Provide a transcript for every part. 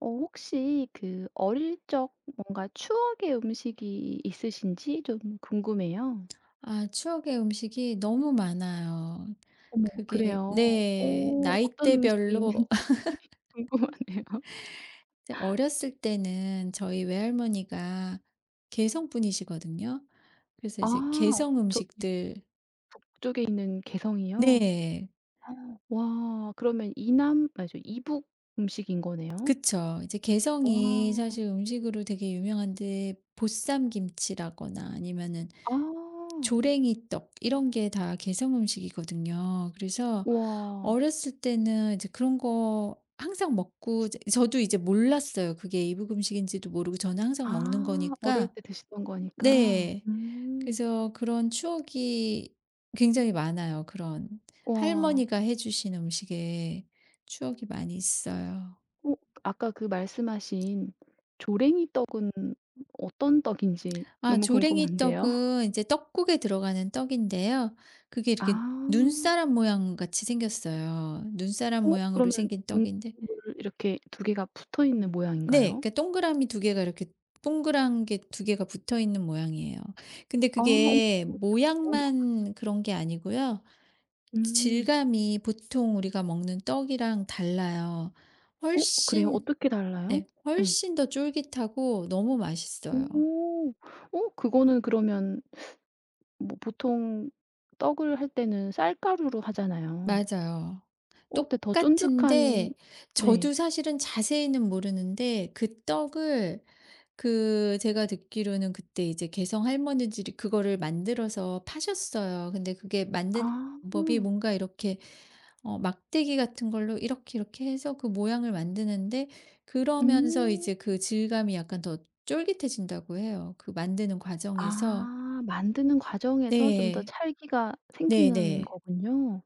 혹시 그 어릴 적 뭔가 추억의 음식이 있으신지 좀 궁금해요. 아 추억의 음식이 너무 많아요. 어머, 그게 그래요. 네. 어. 어떤 음식이 나이대별로 있는지 궁금하네요. 근데 어렸을 때는 저희 외할머니가 개성분이시거든요. 그래서 아, 이제 개성 저기 음식들 북쪽에 있는 개성이요? 네. 아, 와, 그러면 이남 아니죠, 이북 음식인 거네요? 그쵸. 이제 개성이 와. 사실 음식으로 되게 유명한데 보쌈 김치라거나 아니면은 아. 조랭이떡 이런 게 다 개성 음식이거든요. 그래서 와. 어렸을 때는 이제 그런 거 항상 먹고 이제 저도 이제 몰랐어요. 그게 이북 음식인지도 모르고 저는 항상 먹는 아, 어릴 거니까 때 드시던 거니까. 네. 음. 그래서 그런 추억이 굉장히 많아요. 그런 와. 할머니가 해 주신 음식에 추억이 많이 있어요. 어, 아까 그 말씀하신 조랭이 떡은 어떤 떡인지 아 너무 궁금한데요. 조랭이떡은 이제 떡국에 들어가는 떡인데요. 그게 이렇게 아. 눈사람 모양 같이 생겼어요. 눈사람 어 모양으로 그러면 생긴 동물 떡인데 이렇게 두 개가 붙어 있는 네. 모양인가요? 그러니까 동그라미 두 개가 이렇게 동그란 게 두 개가 붙어있는 모양이에요. 근데 아, 어머, 그게 너무 귀엽네요. 모양만 그런 게 아니고요. 음. 질감이 보통 우리가 먹는 떡이랑 달라요. 어 그래요? 훨씬 어떻게 달라요? 네 네. 훨씬 더 쫄깃하고 너무 맛있어요. 오. 어 그거는 그러면 뭐 보통 떡을 할 때는 쌀가루로 하잖아요. 맞아요. 어 근데 더 쫀득한. 똑같은데 저도 네. 사실은 자세히는 모르는데 그 떡을 그 제가 듣기로는 그때 이제 개성 할머니들이 그거를 만들어서 파셨어요. 근데 그게 아. 만드는 방법이 뭔가 이렇게 어 막대기 같은 걸로 이렇게 이렇게 해서 그 모양을 만드는데 그러면서 이제 음. 그 질감이 약간 더 쫄깃해진다고 해요, 그 만드는 과정에서. 아, 만드는 과정에서 좀 더 네. 찰기가 생기는 네네. 거군요.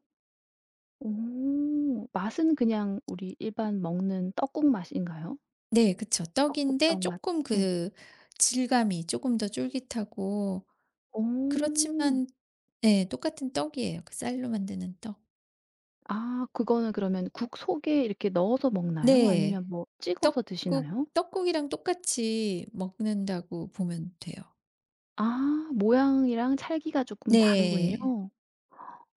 오. 맛은 그냥 우리 일반 먹는 떡국 맛인가요? 네 그쵸. 떡인데 떡국떡 맛. 조금 예. 그 질감이 조금 더 쫄깃하고 오. 그렇지만 네 똑같은 떡이에요. 그 쌀로 만드는 떡. 아 그거는 그러면 국 속에 이렇게 넣어서 먹나요? 네. 아니면 뭐 찍어서 떡국 드시나요? 떡국이랑 똑같이 먹는다고 보면 돼요. 아, 모양이랑 찰기가 조금 다르군요. 네.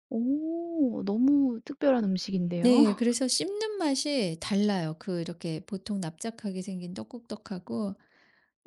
오, 너무 특별한 음식인데요. 네. 그래서 씹는 맛이 달라요. 그 이렇게 보통 납작하게 생긴 떡국떡하고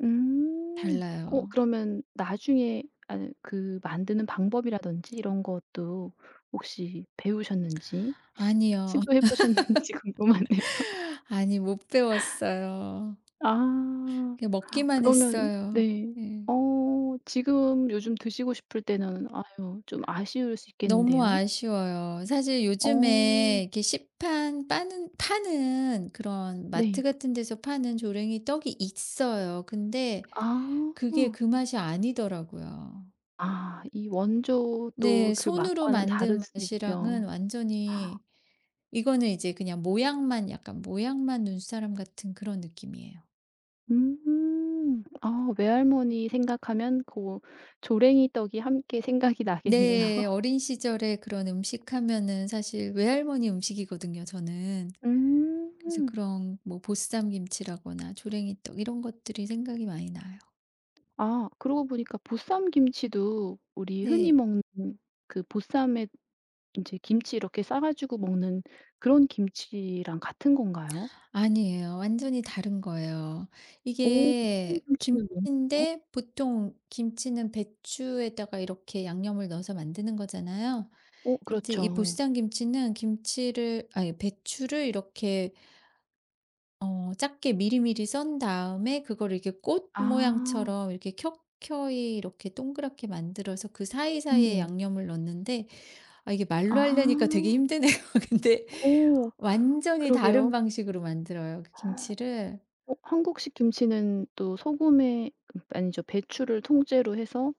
음. 어 달라요. 그러면 나중에 아니 그 만드는 방법이라든지 이런 것도 혹시 배우셨는지 아니요. 시도해 보셨는지 궁금하네요. 아니 못 배웠어요. 아. 그냥 먹기만 그러면 했어요. 네. 네. 어 지금 요즘 드시고 싶을 때는 아유 좀 아쉬울 수 너무 있겠는데요. 아쉬워요. 사실 요즘에 어. 이렇게 시판 빠는 파는 그런 마트 네. 같은 데서 파는 조랭이 떡이 있어요. 근데 아. 그게 그 맛이 아니더라고요. 아 이 원조 네, 또 그 손으로 맛과는 다를 만든 수 맛이랑은 있죠. 완전히 이거는 이제 그냥 모양만 약간 모양만 눈사람 같은 그런 느낌이에요. 음. 아, 외할머니 생각하면 그 조랭이 떡이 함께 생각이 나겠네요. 네, 어린 시절에 그런 음식 하면은 사실 외할머니 음식이거든요, 저는. 그래서 음. 그런 뭐 보쌈 김치라거나 조랭이떡 이런 것들이 생각이 많이 나요. 아 그러고 보니까 보쌈 김치도 우리 흔히 네. 먹는 그 보쌈에 인제 김치 이렇게 싸 가지고 먹는 그런 김치랑 같은 건가요? 아니에요. 완전히 다른 거예요. 오, 보쌈 이게 김치는 뭔가요? 김치인데 보통 김치는 배추에다가 이렇게 양념을 넣어서 만드는 거잖아요. 어, 이제 이 그렇죠. 보쌈 김치는 김치를 아니 배추를 이렇게 어 작게 미리미리 썬 다음에 그걸 이렇게 꽃 아. 모양처럼 이렇게 켜켜이 이렇게 동그랗게 만들어서 그 사이사이에 어머. 양념을 넣는데 아 이게 말로 아. 하려니까 되게 힘드네요. 근데 어, 완전히 다른 그러게요. 방식으로 만들어요 그 김치를. 어 한국식 김치는 또 소금에 아니죠. 배추를 통째로 해서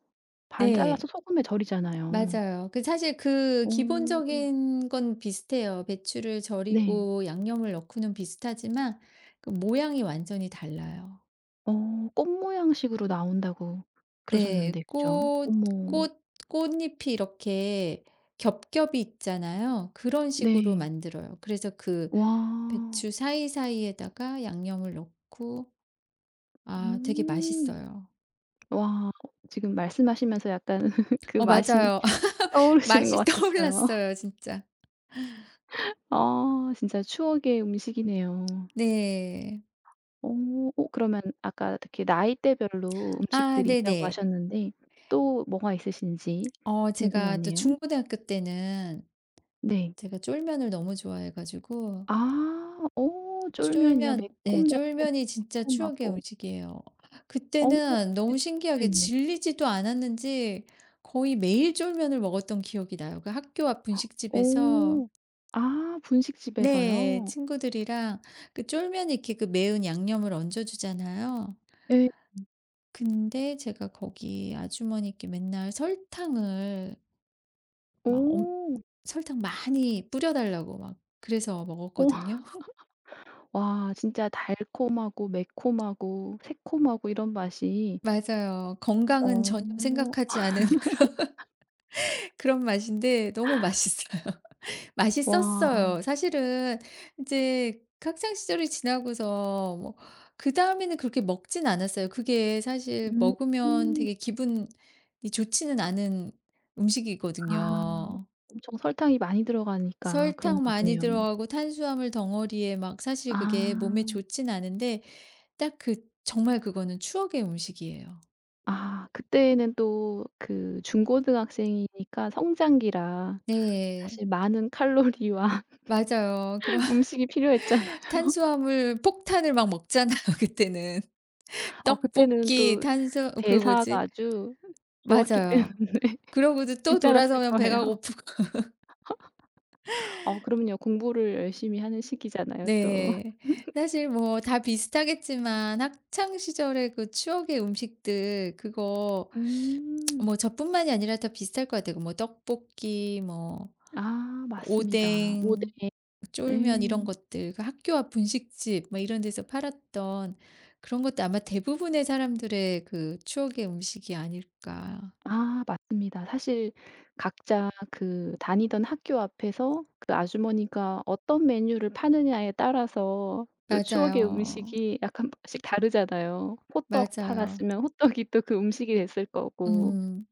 반 잘라서 네. 소금에 절이잖아요. 맞아요. 그 사실 그 어. 기본적인 건 비슷해요. 배추를 네. 절이고 양념을 넣고는 비슷하지만 그 모양이 완전히 달라요. 어 꽃 모양식으로 나온다고 네. 그러셨는데 그죠? 꽃 어머. 꽃 꽃잎이 이렇게 겹겹이 있잖아요. 그런 식으로 네. 만들어요. 그래서 그 와. 배추 사이사이에다가 양념을 넣고 아 되게 음. 맛있어요. 와. 지금 말씀하시면서 약간 그 어 맛이 맞아요. 떠오르시는 것 맛이 같았어요. 떠올랐어요 진짜. 아 진짜 추억의 음식이네요. 네. 어. 어 그러면 아까 특히 나이대별로 아 음식들이 있다고 네네. 하셨는데 또 뭐가 있으신지 어 제가 또 궁금하네요. 중고등학교 때는 네. 제가 쫄면을 너무 좋아해 가지고 아. 어 쫄면이요? 쫄면 네 매콤달콤 쫄면이 진짜 추억의 새콤하고. 음식이에요. 어. 그때는 네. 너무 신기하게 네네. 질리지도 않았는지 거의 매일 쫄면을 먹었던 기억이 나요. 그 학교 앞 분식집에서 오. 아 네 분식집에서요? 친구들이랑 그 쫄면 이렇게 그 매운 양념을 얹어 주잖아요. 예. 근데 제가 거기 아주머니께 맨날 설탕을 막 엄 오. 설탕 많이 뿌려 달라고 막 그래서 오, 먹었거든요. 와 진짜 달콤하고 매콤하고 새콤하고 이런 맛이. 맞아요. 건강은 전혀 어. 생각하지 않은 그런 맛인데 너무 맛있어요. 와. 맛있었어요. 사실은 이제 학창 시절이 지나고서 뭐 그다음에는 그렇게 먹진 않았어요. 그게 사실 음. 먹으면 음. 되게 기분이 좋지는 않은 아. 음식이거든요. 엄청 설탕이 많이 들어가니까 설탕 그런가 많이 보네요. 들어가고 탄수화물 덩어리에 막 사실 그게 몸에 아. 좋진 않은데 딱 그 정말 그거는 추억의 음식이에요. 아 그때는 또 그 중고등학생이니까 성장기라 네. 사실 많은 칼로리와 맞아요. 그런 음식이 필요했잖아. 탄수화물 폭탄을 막 먹잖아요 그때는. 어 그때는 떡볶이, 또 탄수 그 대사가 뭐지 아주 좋았기 맞아요. 때문에 그러고도 또 괜찮았을 돌아서면 거예요. 배가 고프고. 어, 그럼요. 공부를 열심히 하는 시기잖아요 또. 네. 사실 뭐 다 비슷하겠지만 학창 시절의 그 추억의 음식들 그거 음. 뭐 저뿐만이 아니라 다 비슷할 것 같아요. 뭐 떡볶이, 뭐 아, 맞습니다. 모델. 오뎅, 쫄면 네. 이런 것들 그 학교 앞 분식집 뭐 이런 데서 팔았던 그런 것도 아마 대부분의 사람들의 그 추억의 음식이 아닐까. 아, 맞습니다. 사실 각자 그 다니던 학교 앞에서 그 아주머니가 어떤 메뉴를 파느냐에 따라서 또 추억의 맞아요. 음식이 약간 씩 다르잖아요. 호떡 맞아요. 팔았으면 호떡이 또 그 음식이 됐을 거고. 음.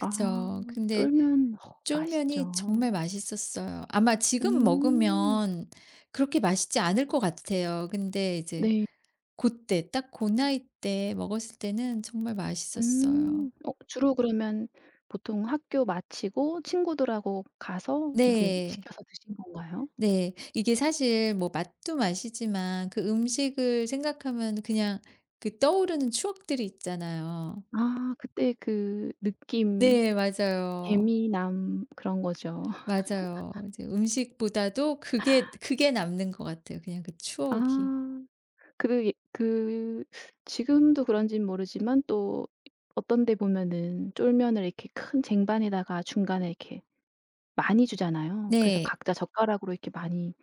아, 근데 쫄면 허, 쫄면이 맛있죠. 정말 맛있었어요. 아마 지금 음. 먹으면 그렇게 맛있지 않을 것 같아요. 근데 이제 네. 고때 딱 고 나이 때 먹었을 때는 정말 맛있었어요. 음. 어 주로 그러면 보통 학교 마치고 친구들하고 가서 이제 네. 시켜서 드신 건가요? 네. 이게 사실 뭐 맛도 맛이지만 그 음식을 생각하면 그냥 그 떠오르는 추억들이 있잖아요. 아 그때 그 느낌 네. 맞아요. 재미남 그런 거죠. 맞아요. 이제 음식보다도 그게 남는 것 같아요. 그냥 그 추억이. 아 그 예 그 지금도 그런진 모르지만 또 어떤 데 보면은 쫄면을 이렇게 큰 쟁반에다가 중간에 이렇게 많이 주잖아요. 그래서 네. 각자 젓가락으로 이렇게 많이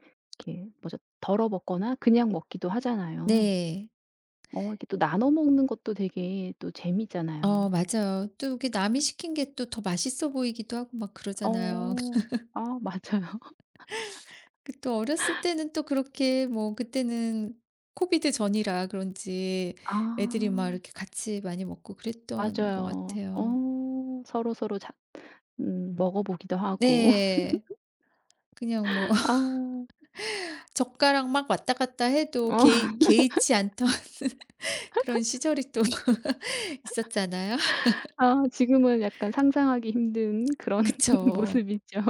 이렇게 뭐죠 덜어 먹거나 그냥 먹기도 하잖아요. 네. 어 이렇게 또 나눠 먹는 것도 되게 또 어 재미있잖아요. 맞아요. 또 이게 남이 시킨 게 또 더 맛있어 보이기도 하고 막 그러잖아요. 어. 아 맞아요. 그또 어렸을 때는 또 그렇게 뭐 그때는 코비드 전이라 그런지 아 애들이 막 이렇게 같이 많이 먹고 그랬던 것 맞아요. 같아요. 어 서로서로 자 먹어 보기도 하고. 네. 그냥 뭐 아. 젓가락 막 왔다 갔다 해도 어. 개의치 않던 그런 시절이 또 있었잖아요. 아 지금은 약간 상상하기 힘든 그런 그쵸. 모습이죠.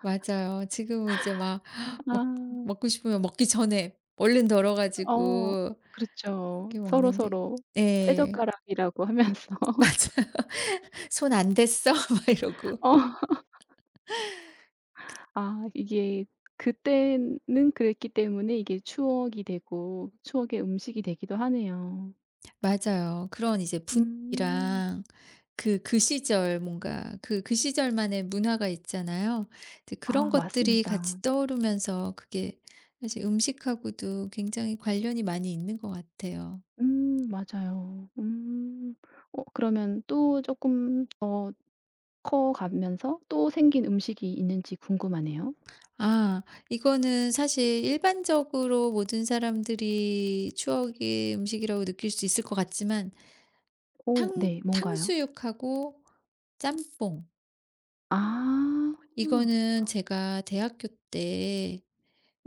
맞아요. 지금은 이제 막 아. 먹 먹고 싶으면 먹기 전에 얼른 덜어 어. 가지고 그렇죠. 이렇게 먹는데 서로서로 예. 쇠젓가락이라고 하면서. 맞아요. "손 안 댔어?" 막 이러고. 어. 아 이게 그때는 그랬기 때문에 이게 추억이 되고 추억의 음식이 되기도 하네요. 맞아요. 그런 이제 음. 분위기랑 그 그 시절 뭔가 그 시절만의 문화가 있잖아요. 이제 그런 아, 것들이 맞습니다. 같이 떠오르면서 그게 사실 음식하고도 굉장히 관련이 많이 있는 것 같아요. 음, 맞아요. 음. 어 그러면 또 쪼끔 더 커 가면서 또 생긴 음식이 있는지 궁금하네요. 아 이거는 사실 일반적으로 모든 사람들이 추억의 음식이라고 느낄 수 있을 것 같지만 오, 탕 네. 뭔가요? 탕수육하고 짬뽕 아. 이거는 제가 대학교 때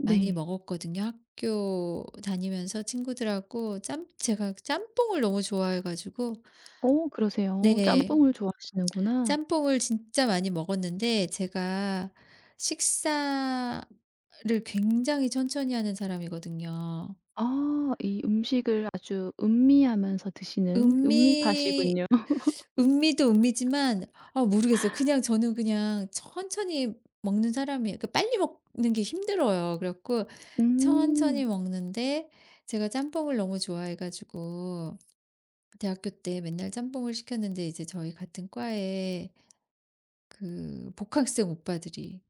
많이 먹었거든요. 학교 다니면서 친구들하고 짬 제가 짬뽕을 너무 좋아해 가지고 어, 그러세요. 네. 짬뽕을 좋아하시는구나. 짬뽕을 진짜 많이 먹었는데 제가 식사를 굉장히 천천히 하는 사람이거든요. 아 이 음식을 아주 음미하면서 드시는 음미 음미파시군요. 음미도 음미지만 아 모르겠어요. 그냥 저는 그냥 천천히 먹는 사람이에요. 그 빨리 먹는 게 힘들어요. 그래 갖고 음. 천천히 먹는데 제가 짬뽕을 너무 좋아해 가지고 대학교 때 맨날 짬뽕을 시켰는데 이제 저희 같은 과에 그 복학생 오빠들이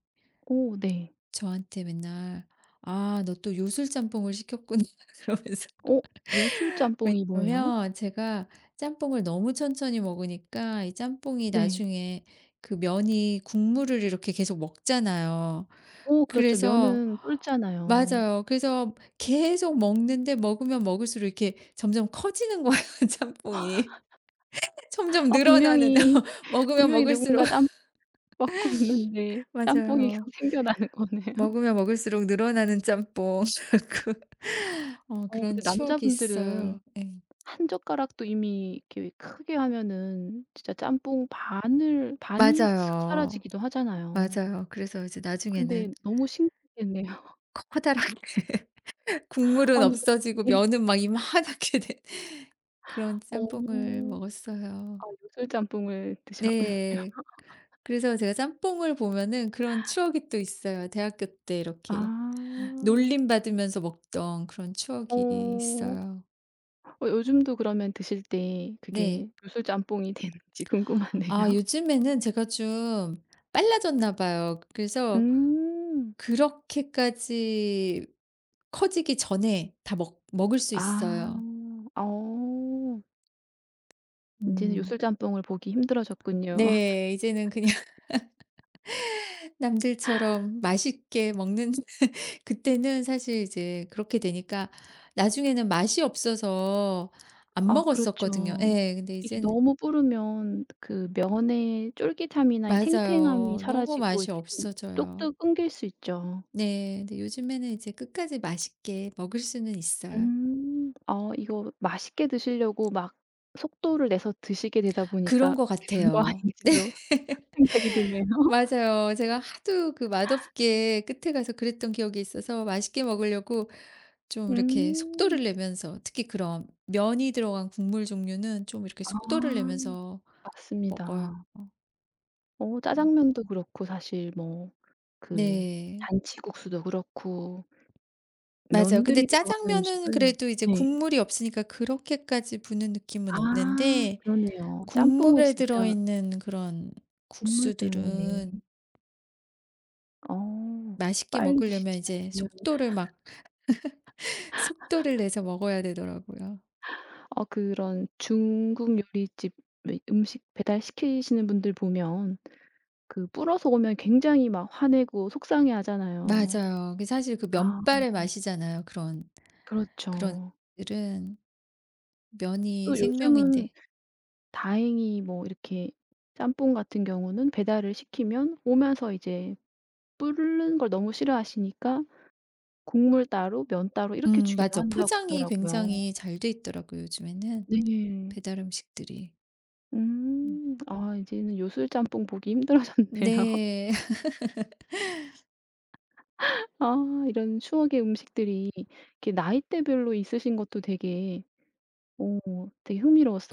오, 네. 저한테 맨날 "아 너 또 요술 짬뽕을 시켰구나." 그러면서 어, 요술 짬뽕이 뭐예요? 왜냐면 제가 짬뽕을 너무 천천히 먹으니까 이 짬뽕이 네. 나중에 그 면이 국물을 이렇게 계속 먹잖아요. 오, 그렇죠. 그래서 면은 뚫잖아요. 맞아요. 그래서 계속 먹는데 먹으면 먹을수록 이렇게 점점 커지는 거예요, 짬뽕이. 점점 아 늘어나는 분명히, 먹으면 분명히 먹을수록 누군가 짬뽕 먹고 있는데 짬뽕이 맞아요. 계속 생겨나는 거네요. 먹으면 먹을수록 늘어나는 짬뽕. 그 어 어 그런 근데 추억이 남자분들은 있어요. 네. 한 젓가락도 이미 이렇게 크게 하면은 진짜 짬뽕 반을 반이 쓱 맞아요. 사라지기도 하잖아요. 맞아요. 그래서 이제 나중에는 근데 너무 신기했네요. 커다랗게 국물은 아니 없어지고 면은 막 이만하게 된 그런 갑 어. 짬뽕을 먹었어요. 아 요술 짬뽕을 드셨구나. 네. 그래서 제가 짬뽕을 보면은 그런 추억이 또 있어요. 대학교 때 아. 이렇게 놀림 받으면서 먹던 그런 추억이 어. 있어요. 어 요즘도 그러면 드실 때 그게 네. 요술 짬뽕이 되는지 아 궁금하네요. 요즘에는 제가 좀 빨라졌나 봐요. 그래서 음. 그렇게까지 커지기 전에 다 먹 먹을 수 아. 있어요. 어. 인제는 음. 요술 짬뽕을 보기 힘들어졌군요. 네. 이제는 그냥 남들처럼 맛있게 먹는 그때는 사실 이제 그렇게 되니까 나중에는 맛이 없어서 안 아, 먹었었거든요. 그렇죠. 예. 근데 이게 이제는 너무 불으면 그 면의 쫄깃함이나 이 탱탱함이 맞아요. 너무 사라지고 맛이 이렇게 좀 없어져요. 뚝뚝 끊길 수 있죠. 네. 근데 요즘에는 이제 끝까지 맛있게 먹을 수는 있어요. 음. 아 이거 맛있게 드시려고 막 속도를 내서 드시게 되다 그런 보니까 것 그렇게 된 거 같아요. 아닌지도 생각이 드네요. 맞아요. 제가 하도 그 맛없게 끝에 가서 그랬던 기억이 있어서 맛있게 먹으려고 좀 이렇게 음. 속도를 내면서 특히 그런 면이 들어간 국물 종류는 좀 이렇게 속도를 아, 내면서 먹어요. 맞습니다. 어 음. 짜장면도 그렇고 사실 뭐 그 네. 잔치국수도 그렇고 맞아요. 근데 면들이 들어가는 짜장면은 음식은 그래도 이제 네. 국물이 없으니까 그렇게까지 부는 느낌은 아 없는데 그러네요. 짬뽕은 국물에 진짜 들어있는 그런 국물 때문에 국수들은 어 맛있게 빨리 먹으려면 드시지 이제 않으면 속도를 막 속도를 내서 먹어야 되더라고요. 어 그런 중국 요리집 왜 음식 배달시키시는 분들 보면 그 불어서 오면 굉장히 막 화내고 속상해하잖아요. 맞아요. 그 사실 그 아, 면발의 맛이잖아요. 그런 그런 그렇죠. 들은 면이 또 요즘은 생명인데. 다행히 뭐 이렇게 짬뽕 같은 경우는 배달을 시키면 오면서 이제 불는 걸 너무 싫어하시니까 국물 따로 면 따로 이렇게 주기도 맞아. 한다고 포장이 하더라고요. 굉장히 잘 돼 있더라고요, 요즘에는. 네. 배달 음식들이. 음. 음. 아 이제는 요술짬뽕 보기 힘들어졌네요. 네. 아 이런 추억의 음식들이 이렇게 나이대별로 있으신 것도 되게 오 되게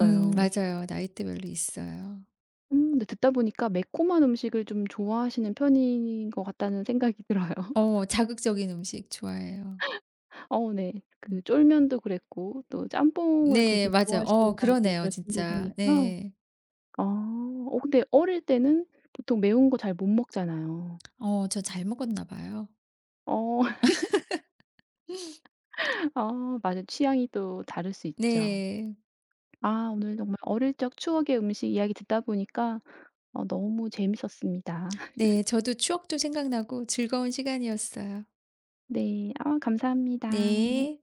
맞아요. 나이대별로 있어요. 근데 듣다 보니까 매콤한 음식을 좀 좋아하시는 편인 것 같다는 생각이 들어요. 어 자극적인 음식 좋아해요. 어, 네. 그 음. 쫄면도 그랬고 또 짬뽕을 네 되게 맞아요. 어 좋아하신다고 그러네요 그러신 거 진짜. 보니까. 네. 아. 어 근데 어릴 때는 보통 매운 거 잘 못 먹잖아요. 어 저 잘 먹었나 봐요. 어. 아 맞아요. 취향이 또 다를 수 있죠. 네. 아 오늘 정말 어릴 적 추억의 음식 이야기 듣다 보니까 어 너무 재밌었습니다. 네. 저도 추억도 생각나고 즐거운 시간이었어요. 네. 아, 감사합니다. 네.